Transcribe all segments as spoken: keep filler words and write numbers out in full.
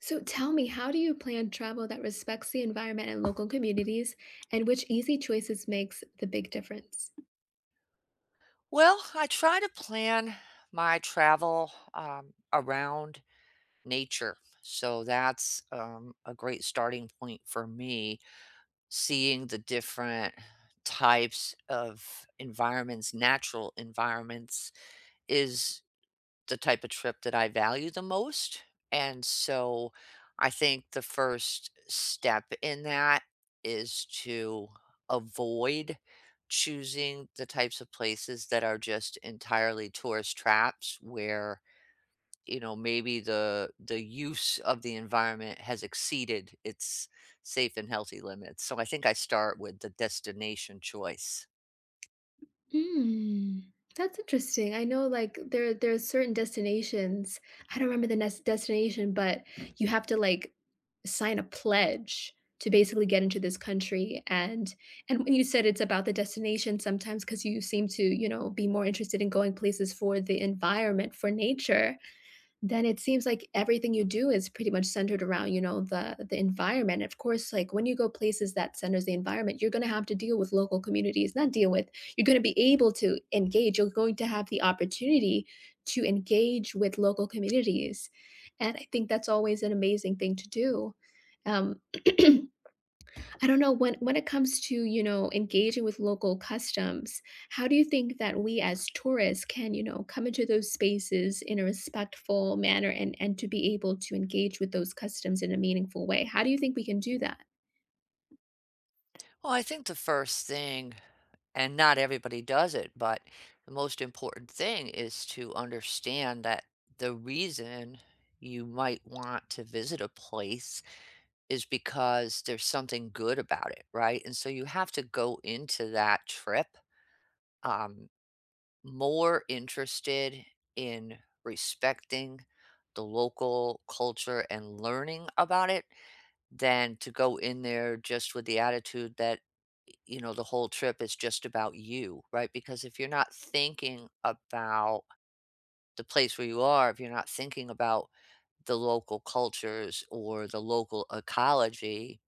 So tell me, how do you plan travel that respects the environment and local communities, and which easy choices makes the big difference? Well, I try to plan my travel, um, around nature. So that's, um, a great starting point for me, seeing the different types of environments, natural environments is the type of trip that I value the most, and so I think the first step in that is to avoid choosing the types of places that are just entirely tourist traps where, you know, maybe the the use of the environment has exceeded its safe and healthy limits, so I think I start with the destination choice. Mm, that's interesting. I know like there there are certain destinations. I don't remember the next destination, but you have to like sign a pledge to basically get into this country. And and when you said it's about the destination, sometimes because you seem to, you know, be more interested in going places for the environment, for nature, then it seems like everything you do is pretty much centered around, you know, the the environment. Of course, like when you go places that centers the environment, you're gonna have to deal with local communities, not deal with, you're gonna be able to engage. You're going to have the opportunity to engage with local communities. And I think that's always an amazing thing to do. Um, I don't know when when it comes to, you know, engaging with local customs, how do you think that we as tourists can, you know, come into those spaces in a respectful manner and and to be able to engage with those customs in a meaningful way? How do you think we can do that? Well, I think the first thing, and not everybody does it, but the most important thing is to understand that the reason you might want to visit a place is because there's something good about it, right? And so you have to go into that trip um, more interested in respecting the local culture and learning about it than to go in there just with the attitude that you know, the whole trip is just about you, right? Because if you're not thinking about the place where you are, if you're not thinking about the local cultures or the local ecology,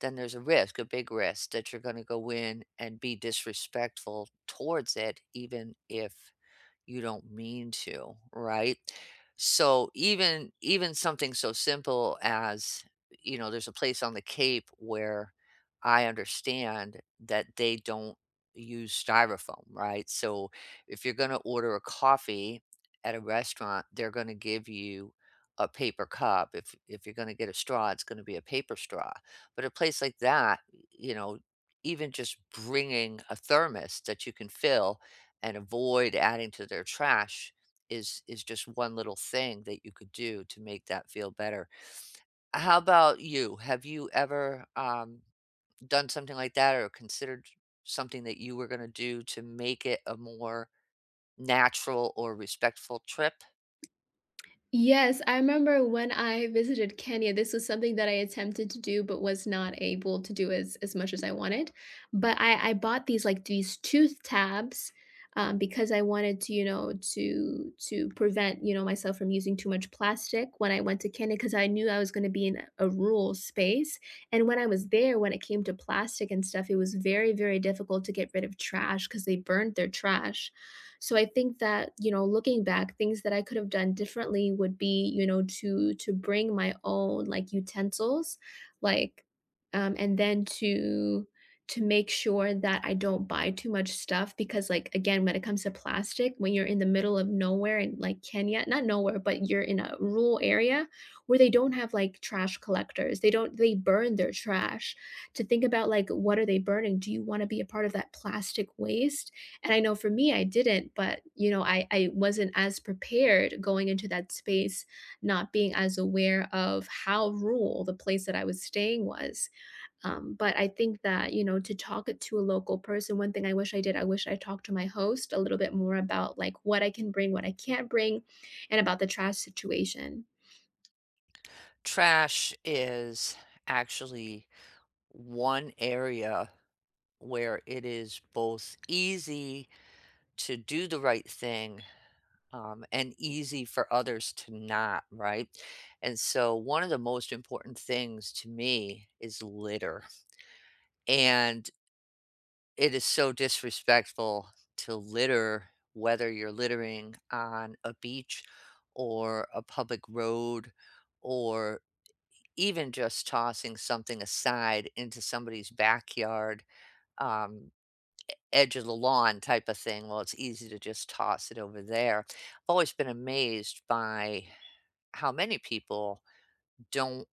then there's a risk, a big risk that you're going to go in and be disrespectful towards it, even if you don't mean to, right? So even even something so simple as, you know, there's a place on the Cape where I understand that they don't use styrofoam, right? So if you're going to order a coffee at a restaurant, they're going to give you a paper cup. If if you're going to get a straw, it's going to be a paper straw. But a place like that, you know, even just bringing a thermos that you can fill and avoid adding to their trash is is just one little thing that you could do to make that feel better. How about you? Have you ever um, done something like that or considered something that you were going to do to make it a more natural or respectful trip? Yes, I remember when I visited Kenya. This was something that I attempted to do but was not able to do as as much as I wanted. But I I bought these, like, these tooth tabs, um, because I wanted to, you know, to to prevent, you know, myself from using too much plastic when I went to Kenya, because I knew I was gonna be in a rural space. And when I was there, when it came to plastic and stuff, it was very, very difficult to get rid of trash because they burned their trash. So I think that, you know, looking back, things that I could have done differently would be, you know, to to bring my own like utensils, like um and then to to make sure that I don't buy too much stuff, because like again, when it comes to plastic, when you're in the middle of nowhere in like Kenya, not nowhere but you're in a rural area where they don't have like trash collectors, they don't they burn their trash. To think about, like, what are they burning? Do you want to be a part of that plastic waste? And I know for me, I didn't, but you know, I, I wasn't as prepared going into that space, not being as aware of how rural the place that I was staying was. Um, but I think that, you know, to talk it to a local person, one thing I wish I did, I wish I talked to my host a little bit more about like what I can bring, what I can't bring, and about the trash situation. Trash is actually one area where it is both easy to do the right thing, um, and easy for others to not, right? And so, one of the most important things to me is litter. And it is so disrespectful to litter, whether you're littering on a beach or a public road or even just tossing something aside into somebody's backyard, um, edge of the lawn type of thing. Well, it's easy to just toss it over there. I've always been amazed by how many people don't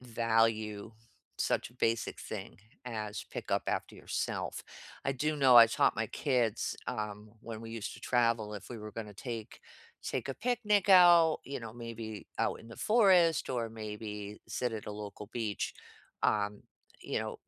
value such a basic thing as pick up after yourself. I do know I taught my kids, um, when we used to travel if we were going to take take a picnic out, you know, maybe out in the forest or maybe sit at a local beach. Um, you know,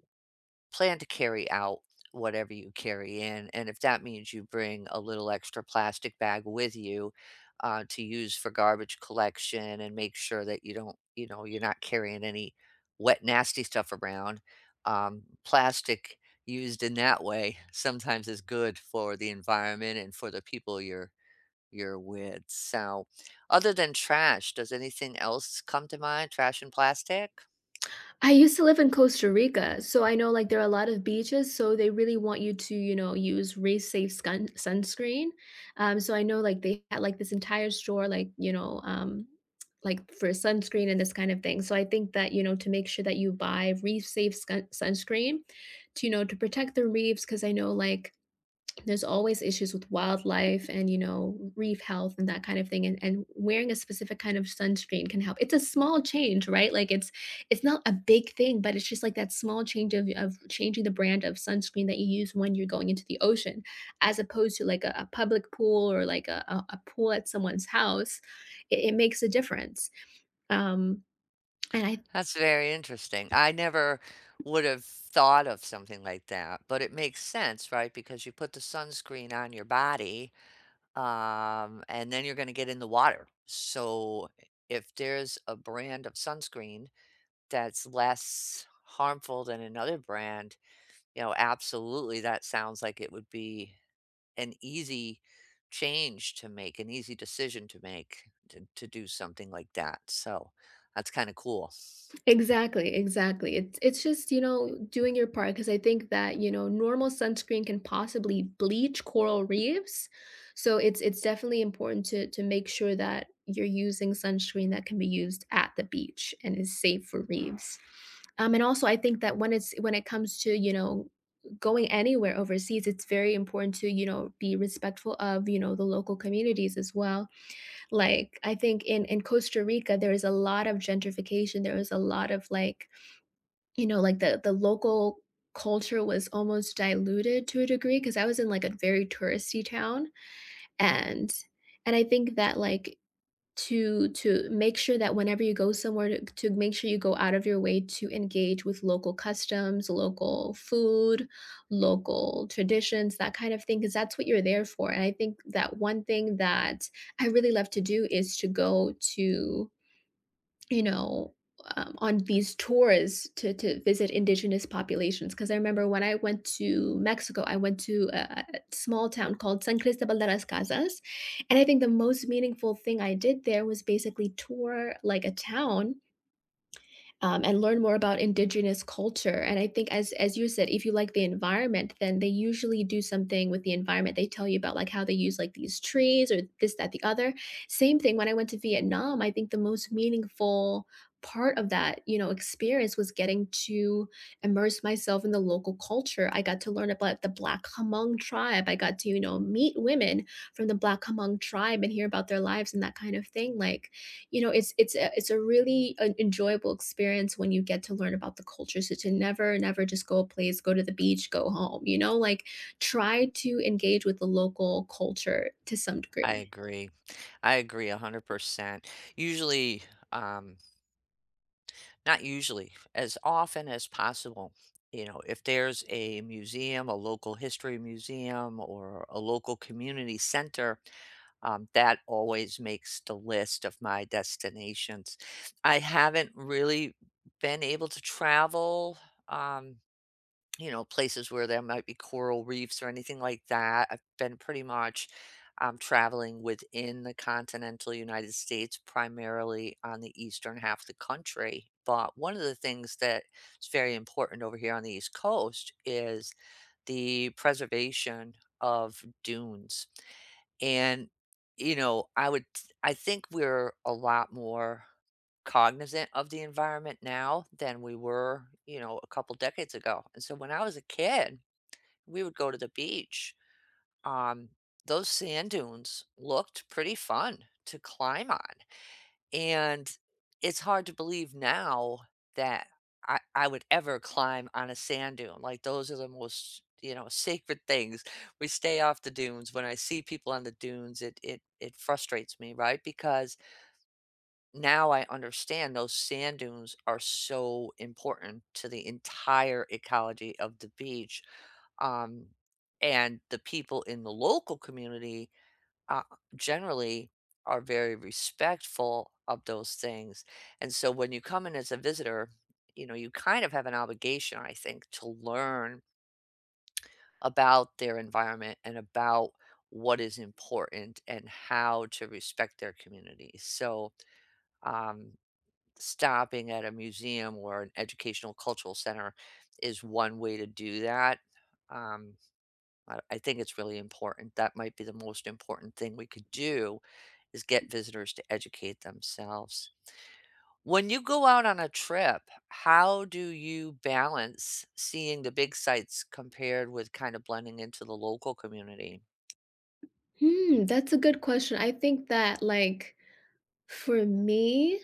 plan to carry out whatever you carry in, and if that means you bring a little extra plastic bag with you, uh, to use for garbage collection and make sure that you don't you know, you're not carrying any wet, nasty stuff around, um, plastic used in that way sometimes is good for the environment and for the people you're you're with, so, other than trash, does anything else come to mind? Trash and plastic? I used to live in Costa Rica, so I know, like, there are a lot of beaches, so they really want you to, you know, use race-safe sun sunscreen. Um, so I know, like, they had, like, this entire store, like, you know, um, like, for sunscreen and this kind of thing. So I think that, you know, to make sure that you buy reef-safe skun sunscreen to, you know, to protect the reefs, because I know, like, there's always issues with wildlife and, you know, reef health and that kind of thing, and and wearing a specific kind of sunscreen can help. It's a small change, right? Like, it's it's not a big thing, but it's just, like, that small change of of changing the brand of sunscreen that you use when you're going into the ocean, as opposed to, like, a a public pool or, like, a a a pool at someone's house. It it makes a difference. Um, and I... That's very interesting. I never would have thought of something like that, but it makes sense, right? Because you put the sunscreen on your body, um, and then you're going to get in the water. So if there's a brand of sunscreen that's less harmful than another brand, you know, absolutely, that sounds like it would be an easy change to make, an easy decision to make to, to do something like that. So that's kind of cool. Exactly, exactly. It's it's just, you know, doing your part, because I think that, you know, normal sunscreen can possibly bleach coral reefs. So it's it's definitely important to to make sure that you're using sunscreen that can be used at the beach and is safe for reefs. Um, and also I think that when it's when it comes to, you know, going anywhere overseas, it's very important to, you know, be respectful of, you know, the local communities as well. Like, I think in in Costa Rica, there is a lot of gentrification, there was a lot of, like, you know, like, the the local culture was almost diluted to a degree because I was in, like, a very touristy town. And and I think that, like, to to make sure that whenever you go somewhere, to to make sure you go out of your way to engage with local customs, local food, local traditions, that kind of thing, because that's what you're there for. And I think that one thing that I really love to do is to go to, you know, um, on these tours to to visit indigenous populations. Because I remember when I went to Mexico, I went to a, a a small town called San Cristobal de las Casas, and I think the most meaningful thing I did there was basically tour like a town, um, and learn more about indigenous culture. And I think, as as you said, if you like the environment, then they usually do something with the environment. They tell you about like how they use like these trees or this, that, the other. Same thing when I went to Vietnam. I think the most meaningful part of that, you know, experience was getting to immerse myself in the local culture. I got to learn about the Black Hmong tribe. I got to, you know, meet women from the Black Hmong tribe and hear about their lives and that kind of thing. Like, you know, it's it's a it's a really an enjoyable experience when you get to learn about the culture. So to never, never just go a place, go to the beach, go home, you know, like, try to engage with the local culture to some I degree. agree. I agree one hundred percent. Usually, um, not usually, as often as possible, you know, if there's a museum, a local history museum, or a local community center, um, that always makes the list of my destinations. I haven't really been able to travel. Um, you know, places where there might be coral reefs or anything like that. I've been pretty much, um, traveling within the continental United States, primarily on the eastern half of the country. But one of the things that is very important over here on the East Coast is the preservation of dunes. And, you know, I would I think we're a lot more cognizant of the environment now than we were, you know, a couple decades ago. And so when I was a kid, we would go to the beach. Um, those sand dunes looked pretty fun to climb on. And it's hard to believe now that I, I would ever climb on a sand dune. Like those are the most, you know, sacred things. We stay off the dunes. When I see people on the dunes, it it it frustrates me, right? Because now I understand those sand dunes are so important to the entire ecology of the beach. Um and the people in the local community, uh, generally are very respectful of those things. And so when you come in as a visitor, you know, you kind of have an obligation, I think, to learn about their environment and about what is important and how to respect their community. So, um, stopping at a museum or an educational cultural center is one way to do that. Um, I, I think it's really important. That might be the most important thing we could do is get visitors to educate themselves. When you go out on a trip, how do you balance seeing the big sites compared with kind of blending into the local community? Hmm, that's a good question. I think that, like, for me,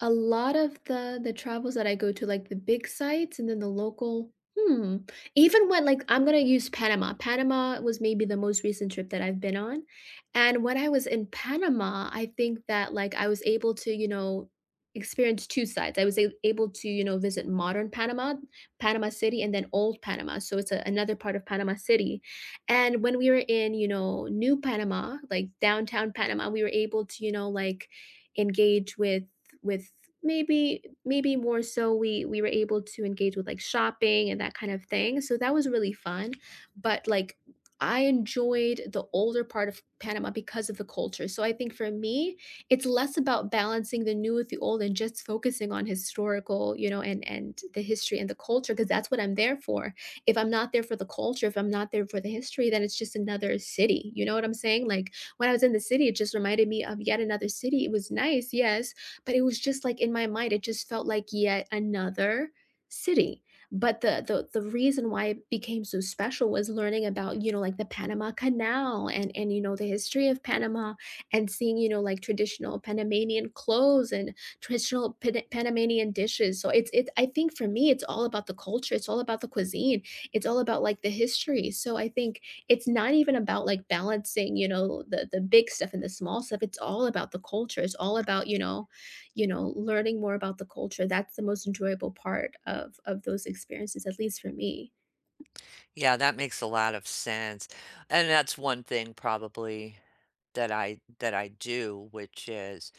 a lot of the the travels that I go to, like, the big sites and then the local, hmm, even when, like, I'm gonna use Panama. Panama was maybe the most recent trip that I've been on, and when I was in Panama, I think that, like, I was able to, you know, experience two sides. I was a able to, you know, visit modern Panama, Panama City, and then old Panama, so it's a another part of Panama City. And when we were in, you know, new Panama, like, downtown Panama, we were able to, you know, like, engage with with maybe maybe more, so we we were able to engage with like shopping and that kind of thing. So that was really fun, but like I enjoyed the older part of Panama because of the culture. So I think for me, it's less about balancing the new with the old and just focusing on historical, you know, and and the history and the culture, because that's what I'm there for. If I'm not there for the culture, if I'm not there for the history, then it's just another city. You know what I'm saying? Like, when I was in the city, it just reminded me of yet another city. It was nice, yes, but it was just like, in my mind, it just felt like yet another city. But the the the reason why it became so special was learning about, you know, like, the Panama Canal, and and you know, the history of Panama, and seeing, you know, like, traditional Panamanian clothes and traditional Pan- Panamanian dishes. So it's it's I think for me it's all about the culture, it's all about the cuisine, it's all about like the history. So I think it's not even about like balancing, you know, the the big stuff and the small stuff. It's all about the culture. It's all about, you know, you know, learning more about the culture. That's the most enjoyable part of of those experiences, at least for me. Yeah, that makes a lot of sense. And that's one thing probably that I that I do, which is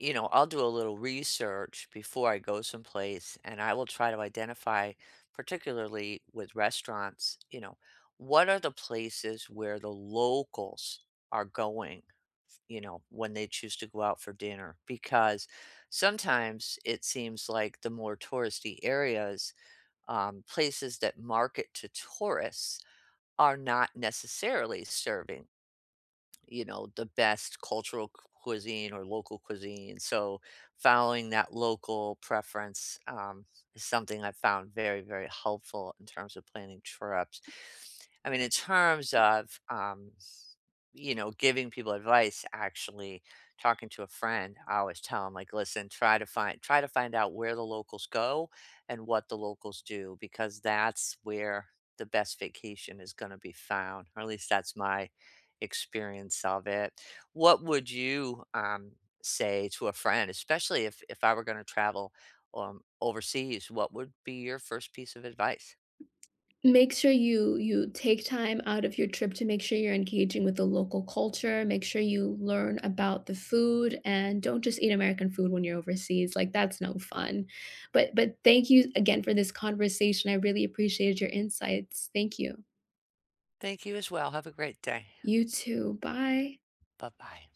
you know, I'll do a little research before I go someplace and I will try to identify, particularly with restaurants, you know, what are the places where the locals are going, you know, when they choose to go out for dinner? Because sometimes it seems like the more touristy areas, um, places that market to tourists, are not necessarily serving you know, the best cultural c- cuisine or local cuisine. So following that local preference, um, is something I found very, very helpful in terms of planning trips. I mean, in terms of, um, you know, giving people advice, actually talking to a friend, I always tell them like, listen, try to find try to find out where the locals go and what the locals do because that's where the best vacation is going to be found, or at least that's my experience of it. What would you, um, say to a friend, especially if if I were going to travel, um, overseas? What would be your first piece of advice? Make sure you you take time out of your trip to make sure you're engaging with the local culture, make sure you learn about the food, and don't just eat American food when you're overseas, like, that's no fun. But but thank you again for this conversation, I really appreciated your insights. Thank you. Thank you as well. Have a great day. You too, bye. Bye bye.